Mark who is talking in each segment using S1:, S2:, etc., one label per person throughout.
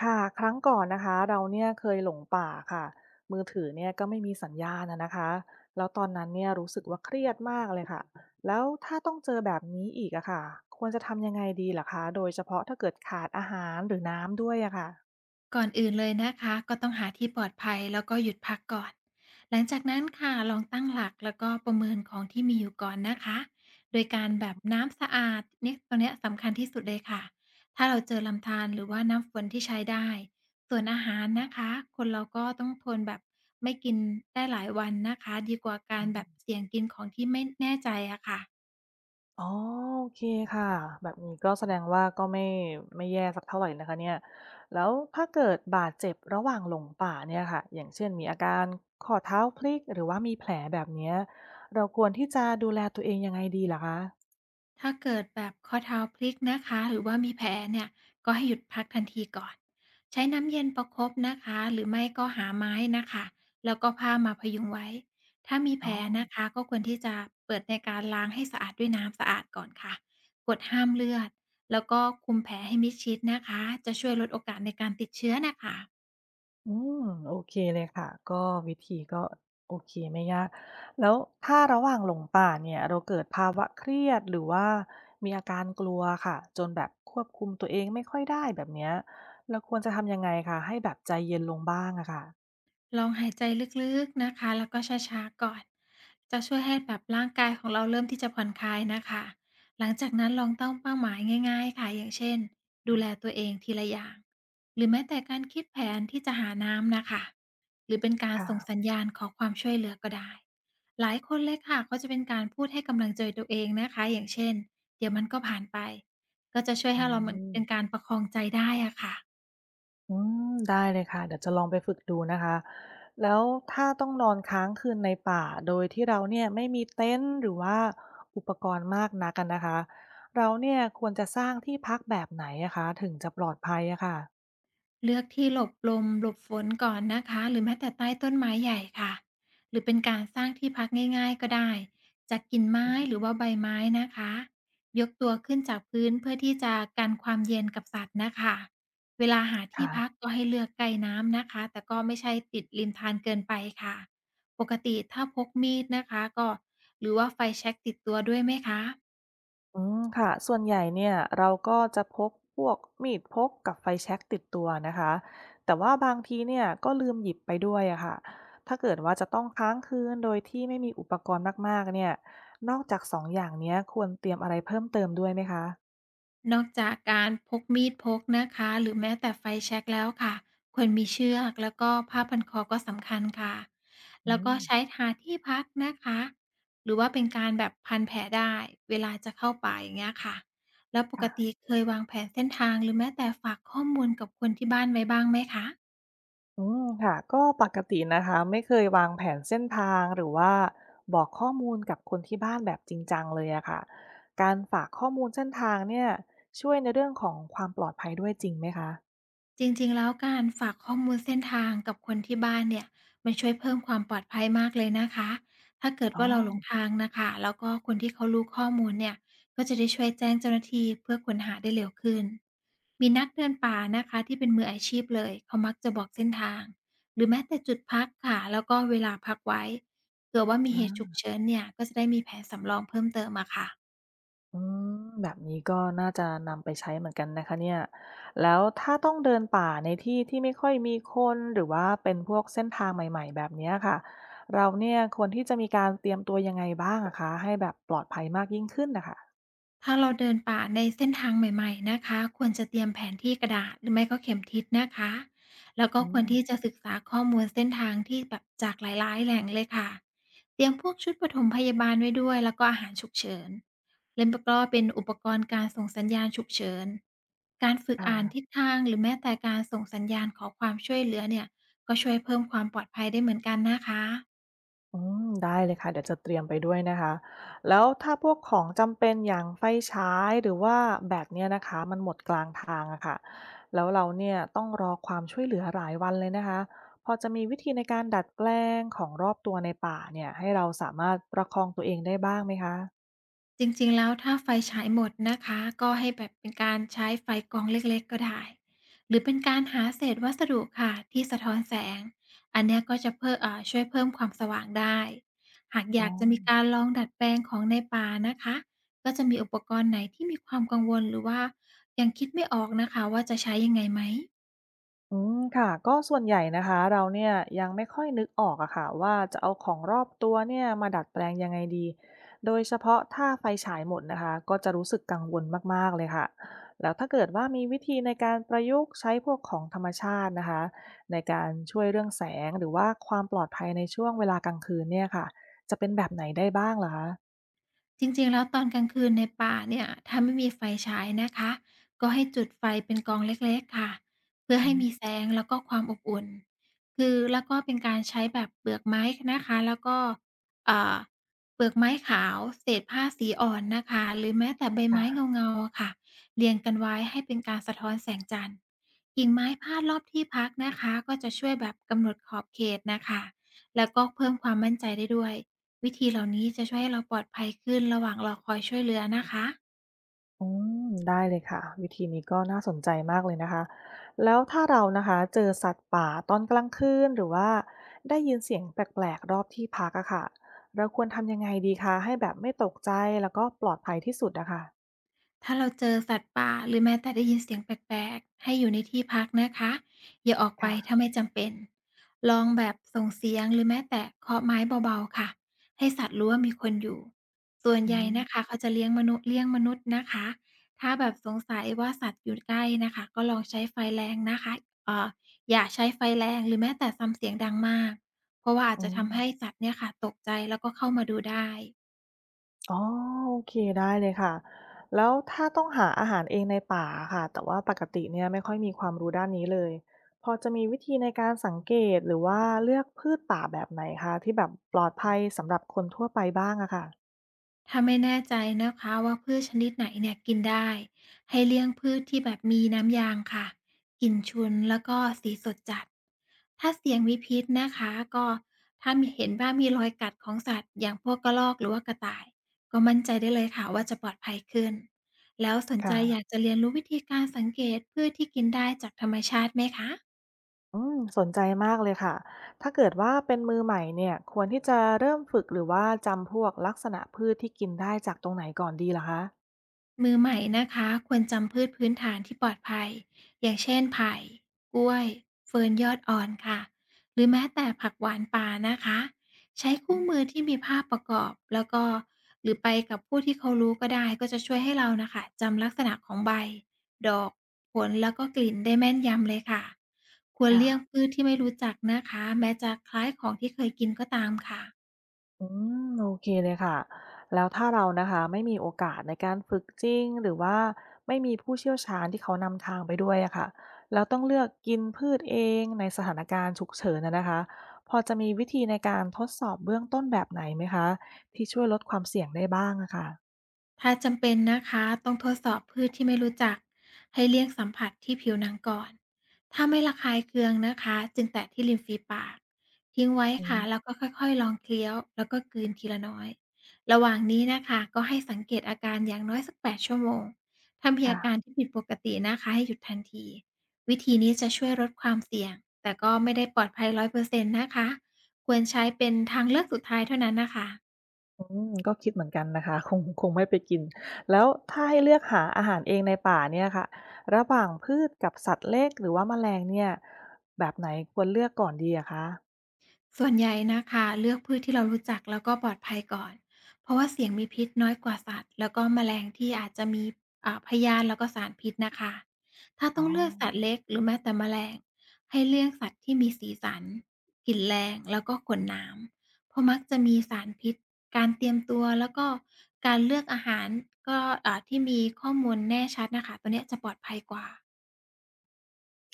S1: ค่ะครั้งก่อนนะคะเราเนี่ยเคยหลงป่าค่ะมือถือเนี่ยก็ไม่มีสัญญาณนะนะคะแล้วตอนนั้นเนี่ยรู้สึกว่าเครียดมากเลยค่ะแล้วถ้าต้องเจอแบบนี้อีกอะค่ะควรจะทำยังไงดีล่ะคะโดยเฉพาะถ้าเกิดขาดอาหารหรือน้ำด้วยอะค่ะ
S2: ก่อนอื่นเลยนะคะก็ต้องหาที่ปลอดภัยแล้วก็หยุดพักก่อนหลังจากนั้นค่ะลองตั้งหลักแล้วก็ประเมินของที่มีอยู่ก่อนนะคะ โดยการแบบน้ำสะอาดเนี่ยตรงเนี้ยสำคัญที่สุดเลยค่ะ ถ้าเราเจอลำธารหรือว่าน้ำฝนที่ใช้ได้ ส่วนอาหารนะคะคนเราก็ต้องทนแบบไม่กินได้หลายวันนะคะดีกว่ากา
S1: อื
S2: ร
S1: ม
S2: แบบเสี่ยงกินของที่ไม่แน่ใจอะค่ะ
S1: อ๋อโอเคค่ะแบบนี้ก็แสดงว่าก็ไม่แย่สักเท่าไหร่นะคะเนี่ยแล้วถ้าเกิดบาดเจ็บระหว่างหลงป่าเนี่ยค่ะอย่างเช่นมีอาการข้อเท้าพลิกหรือว่ามีแผลแบบเนี้ยเราควรที่จะดูแลตัวเองยังไงดีละคะ
S2: ถ้าเกิดแบบข้อเท้าพลิกนะคะหรือว่ามีแผลเนี่ยก็ให้หยุดพักทันทีก่อนใช้น้ำเย็นประคบนะคะหรือไม่ก็หาไม้นะคะแล้วก็ผ้ามาพยุงไว้ถ้ามีแผ
S1: อ๋อ
S2: ลนะคะก็ควรที่จะเปิดในการล้างให้สะอาดด้วยน้ำสะอาดก่อนค่ะกดห้ามเลือดแล้วก็คุมแผลให้มิดชิดนะคะจะช่วยลดโอกาสในการติดเชื้อนะคะ
S1: อืมโอเคเลยค่ะก็วิธีก็โอเคไม่ยากแล้วถ้าระหว่างหลงป่าเนี่ยเราเกิดภาวะเครียดหรือว่ามีอาการกลัวค่ะจนแบบควบคุมตัวเองไม่ค่อยได้แบบเนี้ยเราควรจะทำยังไงคะให้แบบใจเย็นลงบ้างอะค่ะ
S2: ลองหายใจลึกๆนะคะแล้วก็ช้าๆก่อนจะช่วยให้แบบร่างกายของเราเริ่มที่จะผ่อนคลายนะคะหลังจากนั้นลองตั้งเป้าหมายง่ายๆค่ะอย่างเช่นดูแลตัวเองทีละอย่างหรือแม้แต่การคิดแผนที่จะหาน้ำนะคะหรือเป็นการ
S1: ค่ะ
S2: ส่งสัญญาณขอความช่วยเหลือก็ได้หลายคนเลยค่ะก็จะเป็นการพูดให้กำลังใจตัวเองนะคะอย่างเช่นเดี๋ยวมันก็ผ่านไปก็จะช่วย
S1: อื
S2: ให้เราเหมือน
S1: ม
S2: เป็นการประคองใจได้อะค่ะ
S1: อืมได้เลยค่ะเดี๋ยวจะลองไปฝึกดูนะคะแล้วถ้าต้องนอนค้างคืนในป่าโดยที่เราเนี่ยไม่มีเต็นท์หรือว่าอุปกรณ์มากนักกันนะคะเราเนี่ยควรจะสร้างที่พักแบบไหนอะคะถึงจะปลอดภัยอะค่ะ
S2: เลือกที่หลบลมหลบฝนก่อนนะคะหรือแม้แต่ใต้ต้นไม้ใหญ่ค่ะหรือเป็นการสร้างที่พักง่ายๆก็ได้จากกิ่งไม้
S1: อืม
S2: หรือว่าใบไม้นะคะยกตัวขึ้นจากพื้นเพื่อที่จะกันความเย็นกับสัตว์นะคะเวลาหาที่
S1: ค่ะ
S2: พักก็ให้เลือกใกล้น้ำนะคะแต่ก็ไม่ใช่ติดริมทานเกินไปค่ะปกติถ้าพกมีดนะคะก็หรือว่าไฟแช็กติดตัวด้วยไหมคะ
S1: อืมค่ะส่วนใหญ่เนี่ยเราก็จะพกพวกมีดพกกับไฟแช็กติดตัวนะคะแต่ว่าบางทีเนี่ยก็ลืมหยิบไปด้วยอะค่ะถ้าเกิดว่าจะต้องค้างคืนโดยที่ไม่มีอุปกรณ์มากๆเนี่ยนอกจากสองอย่างเนี้ยควรเตรียมอะไรเพิ่มเติมด้วยไหมคะ
S2: นอกจากการพกมีดพกนะคะหรือแม้แต่ไฟแช็กแล้วค่ะควรมีเชือกแล้วก็ผ้าพันคอก็สำคัญค่ะ
S1: อื
S2: แล้วก็
S1: ม
S2: ใช้ทาที่พักนะคะหรือว่าเป็นการแบบพันแผลได้เวลาจะเข้าป่าอย่างเงี้ยค่ะแล้วปกติ
S1: ค่ะ
S2: เคยวางแผนเส้นทางหรือแม้แต่ฝากข้อมูลกับคนที่บ้านไว้บ้างไหมคะ
S1: อืมค่ะก็ปกตินะคะไม่เคยวางแผนเส้นทางหรือว่าบอกข้อมูลกับคนที่บ้านแบบจริงจังเลยอะค่ะการฝากข้อมูลเส้นทางเนี่ยช่วยในเรื่องของความปลอดภัยด้วยจริงไหมคะ
S2: จริงๆแล้วการฝากข้อมูลเส้นทางกับคนที่บ้านเนี่ยมันช่วยเพิ่มความปลอดภัยมากเลยนะคะถ้าเกิด
S1: อ๋อ
S2: ว่าเราหลงทางน่ะค่ะแล้วก็คนที่เขารู้ข้อมูลเนี่ยก็จะได้ช่วยแจ้งเจ้าหน้าที่เพื่อค้นหาได้เร็วขึ้นมีนักเดินป่านะคะที่เป็นมืออาชีพเลยเขามักจะบอกเส้นทางหรือแม้แต่จุดพักค่ะแล้วก็เวลาพักไว้เผื่อว่ามีเหตุฉุ
S1: อา
S2: กเฉินเนี่ยก็จะได้มีแผนสำรองเพิ่มเติมอะค่ะ
S1: อืมแบบนี้ก็น่าจะนำไปใช้เหมือนกันนะคะเนี่ยแล้วถ้าต้องเดินป่าในที่ที่ไม่ค่อยมีคนหรือว่าเป็นพวกเส้นทางใหม่ๆแบบเนี้ยค่ะเราเนี่ยควรที่จะมีการเตรียมตัวยังไงบ้างอะคะให้แบบปลอดภัยมากยิ่งขึ้นนะคะ
S2: ถ้าเราเดินป่าในเส้นทางใหม่ๆนะคะควรจะเตรียมแผนที่กระดาษหรือไม่ก็เข็มทิศนะคะแล้วก็
S1: อื
S2: ควร
S1: ม
S2: ที่จะศึกษาข้อมูลเส้นทางที่แบบจากหลายๆแหล่งเลยค่ะเตรียมพวกชุดปฐมพยาบาลไว้ด้วยแล้วก็อาหารฉุกเฉินเล่มก็เป็นอุปกรณ์การส่งสัญญาณฉุกเฉินการฝึก
S1: ค่ะ
S2: อ่านทิศทางหรือแม้แต่การส่งสัญญาณขอความช่วยเหลือเนี่ยก็ช่วยเพิ่มความปลอดภัยได้เหมือนกันนะคะ
S1: อืมได้เลยค่ะเดี๋ยวจะเตรียมไปด้วยนะคะแล้วถ้าพวกของจำเป็นอย่างไฟฉายหรือว่าแบตเนี่ยนะคะมันหมดกลางทางอะค่ะแล้วเราเนี่ยต้องรอความช่วยเหลือหลายวันเลยนะคะพอจะมีวิธีในการดัดแปลงของรอบตัวในป่าเนี่ยให้เราสามารถประคองตัวเองได้บ้างไหมคะ
S2: จริงๆแล้วถ้าไฟฉายหมดนะคะก็ให้แบบเป็นการใช้ไฟกองเล็กๆ ก็ได้หรือเป็นการหาเศษวัสดุค่ะที่สะท้อนแสงอันเนี้ยก็จะเพิ่มช่วยเพิ่มความสว่างได้หากอ
S1: อ๋อ
S2: ยากจะมีการลองดัดแปลงของในป่านะคะก็จะมีอุปกรณ์ไหนที่มีความกังวลหรือว่ายังคิดไม่ออกนะคะว่าจะใช้ยังไงไหม
S1: อืมค่ะก็ส่วนใหญ่นะคะเราเนี่ยยังไม่ค่อยนึกออกอะค่ะว่าจะเอาของรอบตัวเนี่ยมาดัดแปลงยังไงดีโดยเฉพาะถ้าไฟฉายหมดนะคะก็จะรู้สึกกังวลมากๆเลยค่ะแล้วถ้าเกิดว่ามีวิธีในการประยุกต์ใช้พวกของธรรมชาตินะคะในการช่วยเรื่องแสงหรือว่าความปลอดภัยในช่วงเวลากลางคืนเนี่ยค่ะจะเป็นแบบไหนได้บ้างเหรอคะ
S2: จริงๆ แล้วตอนกลางคืนในป่าเนี่ยถ้าไม่มีไฟฉายนะคะก็ให้จุดไฟเป็นกองเล็กๆค่ะเพื่อ
S1: อื
S2: ให้
S1: ม
S2: มีแสงแล้วก็ความอบอุ่นคือแล้วก็เป็นการใช้แบบเปลือกไม้นะคะแล้วก็อ่าเปลือกไม้ขาวเศษผ้าสีอ่อนนะคะหรือแม้แต่ใบไม้
S1: ค่ะ
S2: เงาๆอะค่ะเรียงกันไว้ให้เป็นการสะท้อนแสงจันทร์กิ่งไม้พาดรอบที่พักนะคะก็จะช่วยแบบกำหนดขอบเขตน่ะค่ะแล้วก็เพิ่มความมั่นใจได้ด้วย วิธีเหล่านี้จะช่วยให้เราปลอดภัยขึ้นระหว่างรอคอยช่วยเหลือนะคะ
S1: อืมได้เลยค่ะวิธีนี้ก็น่าสนใจมากเลยนะคะแล้วถ้าเรานะคะเจอสัตว์ป่าตอนกลางคืนหรือว่าได้ยินเสียงแปลกๆรอบที่พักอะค่ะเราควรทำยังไงดีคะให้แบบไม่ตกใจแล้วก็ปลอดภัยที่สุดอะค่ะ
S2: ถ้าเราเจอสัตว์ป่าหรือแม้แต่ได้ยินเสียงแปลกๆให้อยู่ในที่พักนะคะอย่าออกไปถ้า
S1: ค่ะ
S2: ไม่จำเป็นลองแบบส่งเสียงหรือแม้แต่เคาะไม้เบาๆค่ะให้สัตว์รู้ว่ามีคนอยู่ส่วน
S1: อื
S2: ใหญ่
S1: ม
S2: นะคะเขาจะเลี้ยงมนุษย์เลี้ยงมนุษย์นะคะถ้าแบบสงสัยว่าสัตว์อยู่ใกล้นะคะก็ลองใช้ไฟแรงนะคะเอ่ออย่าใช้ไฟแรงหรือแม้แต่ซ้ำเสียงดังมากเพราะว่าอาจ
S1: อื
S2: จะ
S1: ม
S2: ทำให้สัตว์เนี่ยค่ะตกใจแล้วก็เข้ามาดูได้
S1: อ๋อโอเคได้เลยค่ะแล้วถ้าต้องหาอาหารเองในป่าค่ะแต่ว่าปกติเนี่ยไม่ค่อยมีความรู้ด้านนี้เลยพอจะมีวิธีในการสังเกตหรือว่าเลือกพืชป่าแบบไหนคะที่แบบปลอดภัยสำหรับคนทั่วไปบ้างอะค่ะ
S2: ถ้าไม่แน่ใจนะคะว่าพืชชนิดไหนเนี่ยกินได้ให้เลี่ยงพืชที่แบบมีน้ำยางค่ะกลิ่นฉุนแล้วก็สีสดจัดถ้าเสียงมีพิษนะคะก็ถ้ามีเห็นว่ามีรอยกัดของสัตว์อย่างพวกกระรอกหรือว่ากระต่ายก็มั่นใจได้เลยค่ะว่าจะปลอดภัยขึ้นแล้วสนใจอ
S1: ค่ะ
S2: ยากจะเรียนรู้วิธีการสังเกตพืชที่กินได้จากธรรมชาติไหมคะ
S1: อืมสนใจมากเลยค่ะถ้าเกิดว่าเป็นมือใหม่เนี่ยควรที่จะเริ่มฝึกหรือว่าจำพวกลักษณะพืชที่กินได้จากตรงไหนก่อนดีล่ะคะ
S2: มือใหม่นะคะควรจำพืชพื้นฐานที่ปลอดภัยอย่างเช่นไผ่กล้วยเฟิร์นยอดอ่อนค่ะหรือแม้แต่ผักหวานป่านะคะใช้
S1: อื
S2: คู่มือ
S1: ม
S2: ที่มีภาพประกอบแล้วก็หรือไปกับผู้ที่เขารู้ก็ได้ก็จะช่วยให้เรานะคะจำลักษณะของใบดอกผลแล้วก็กลิ่นได้แม่นยำเลยค่ะควร
S1: ค่ะ
S2: เลี่ยงพืชที่ไม่รู้จักนะคะแม้จะคล้ายของที่เคยกินก็ตามค่ะ
S1: อืมโอเคเลยค่ะแล้วถ้าเรานะคะไม่มีโอกาสในการฝึกจริงหรือว่าไม่มีผู้เชี่ยวชาญที่เขานำทางไปด้วยอะค่ะแล้วต้องเลือกกินพืชเองในสถานการณ์ฉุกเฉินนะนะคะพอจะมีวิธีในการทดสอบเบื้องต้นแบบไหนไหมคะที่ช่วยลดความเสี่ยงได้บ้างอะค่ะ
S2: ถ้าจำเป็นนะคะต้องทดสอบพืชที่ไม่รู้จักให้เลี่ยงสัมผัสที่ผิวหนังก่อนถ้าไม่ระคายเคืองนะคะจึงแตะที่ริมฝีปากทิ้งไว้
S1: อื
S2: ค่ะ
S1: ม
S2: แล้วก็ค่อยๆลองเคี้ยวแล้วก็กลืนทีละน้อยระหว่างนี้นะคะก็ให้สังเกตอาการอย่างน้อยสัก8ชั่วโมงถ้ามีอาการ
S1: ค่ะ
S2: ที่ผิดปกตินะคะให้หยุดทันทีวิธีนี้จะช่วยลดความเสี่ยงแต่ก็ไม่ได้ปลอดภัย100 เปอร์เซ็นต์นะคะควรใช้เป็นทางเลือกสุดท้ายเท่านั้นนะคะ
S1: อืมก็คิดเหมือนกันนะคะ คงไม่ไปกินแล้วถ้าให้เลือกหาอาหารเองในป่าเนี่ยค่ะระหว่างพืชกับสัตว์เล็กหรือว่าแมลงเนี่ยแบบไหนควรเลือกก่อนดีอะคะ
S2: ส่วนใหญ่นะคะเลือกพืชที่เรารู้จักแล้วก็ปลอดภัยก่อนเพราะว่าเสี่ยงมีพิษน้อยกว่าสัตว์แล้วก็แมลงที่อาจจะมีพยาธแล้วก็สารพิษนะคะถ้า
S1: อ๋
S2: ต้
S1: อ
S2: องเลือกสัตว์เล็กหรือแม้แต่แมลงให้เลือกสัตว์ที่มีสีสันกลิ่นแรงแล้วก็ขนน้ำเพราะมักจะมีสารพิษการเตรียมตัวแล้วก็การเลือกอาหารก็ที่มีข้อมูลแน่ชัดนะคะตัวเนี้ยจะปลอดภัยกว่า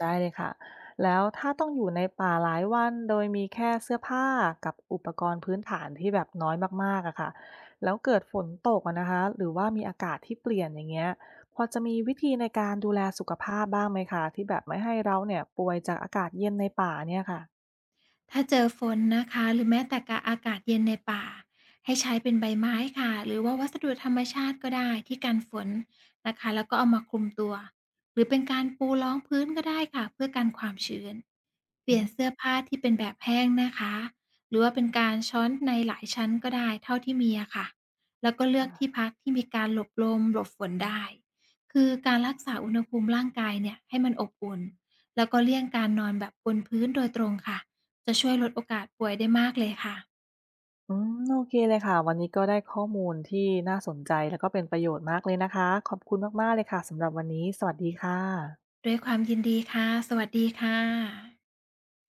S1: ได้เลยค่ะแล้วถ้าต้องอยู่ในป่าหลายวันโดยมีแค่เสื้อผ้ากับอุปกรณ์พื้นฐานที่แบบน้อยมากๆอะค่ะแล้วเกิดฝนตกอะนะคะหรือว่ามีอากาศที่เปลี่ยนอย่างเงี้ยพอจะมีวิธีในการดูแลสุขภาพบ้างไหมคะที่แบบไม่ให้เราเนี่ยป่วยจากอากาศเย็นในป่าเนี่ยค่ะ
S2: ถ้าเจอฝนนะคะหรือแม้แต่กะอากาศเย็นในป่าให้ใช้เป็นใบไม้ค่ะ หรือว่าวัสดุธรรมชาติก็ได้ที่กันฝนนะคะแล้วก็เอามาคลุมตัว หรือเป็นการปูรองพื้นก็ได้ค่ะ เพื่อกันความชื้นเป
S1: อื
S2: ลี่
S1: ม
S2: ยนเสื้อผ้าที่เป็นแบบแห้งนะคะ หรือว่าเป็นการช้อนในหลายชั้นก็ได้เท่าที่มีอะค่ะแล้วก็เลือกที่
S1: ค่ะ
S2: พักที่มีการหลบลมหลบฝนได้คือการรักษาอุณหภูมิร่างกายเนี่ยให้มันอบอุ่นแล้วก็เลี่ยงการนอนแบบบนพื้นโดยตรงค่ะ จะช่วยลดโอกาสป่วยได้มากเลยค่ะ
S1: อืมโอเคเลยค่ะ วันนี้ก็ได้ข้อมูลที่น่าสนใจแล้วก็เป็นประโยชน์มากเลยนะคะ ขอบคุณมากๆเลยค่ะสำหรับวันนี้ สวัสดีค่ะ
S2: ด้วยความยินดีค่ะสวัสดีค่ะ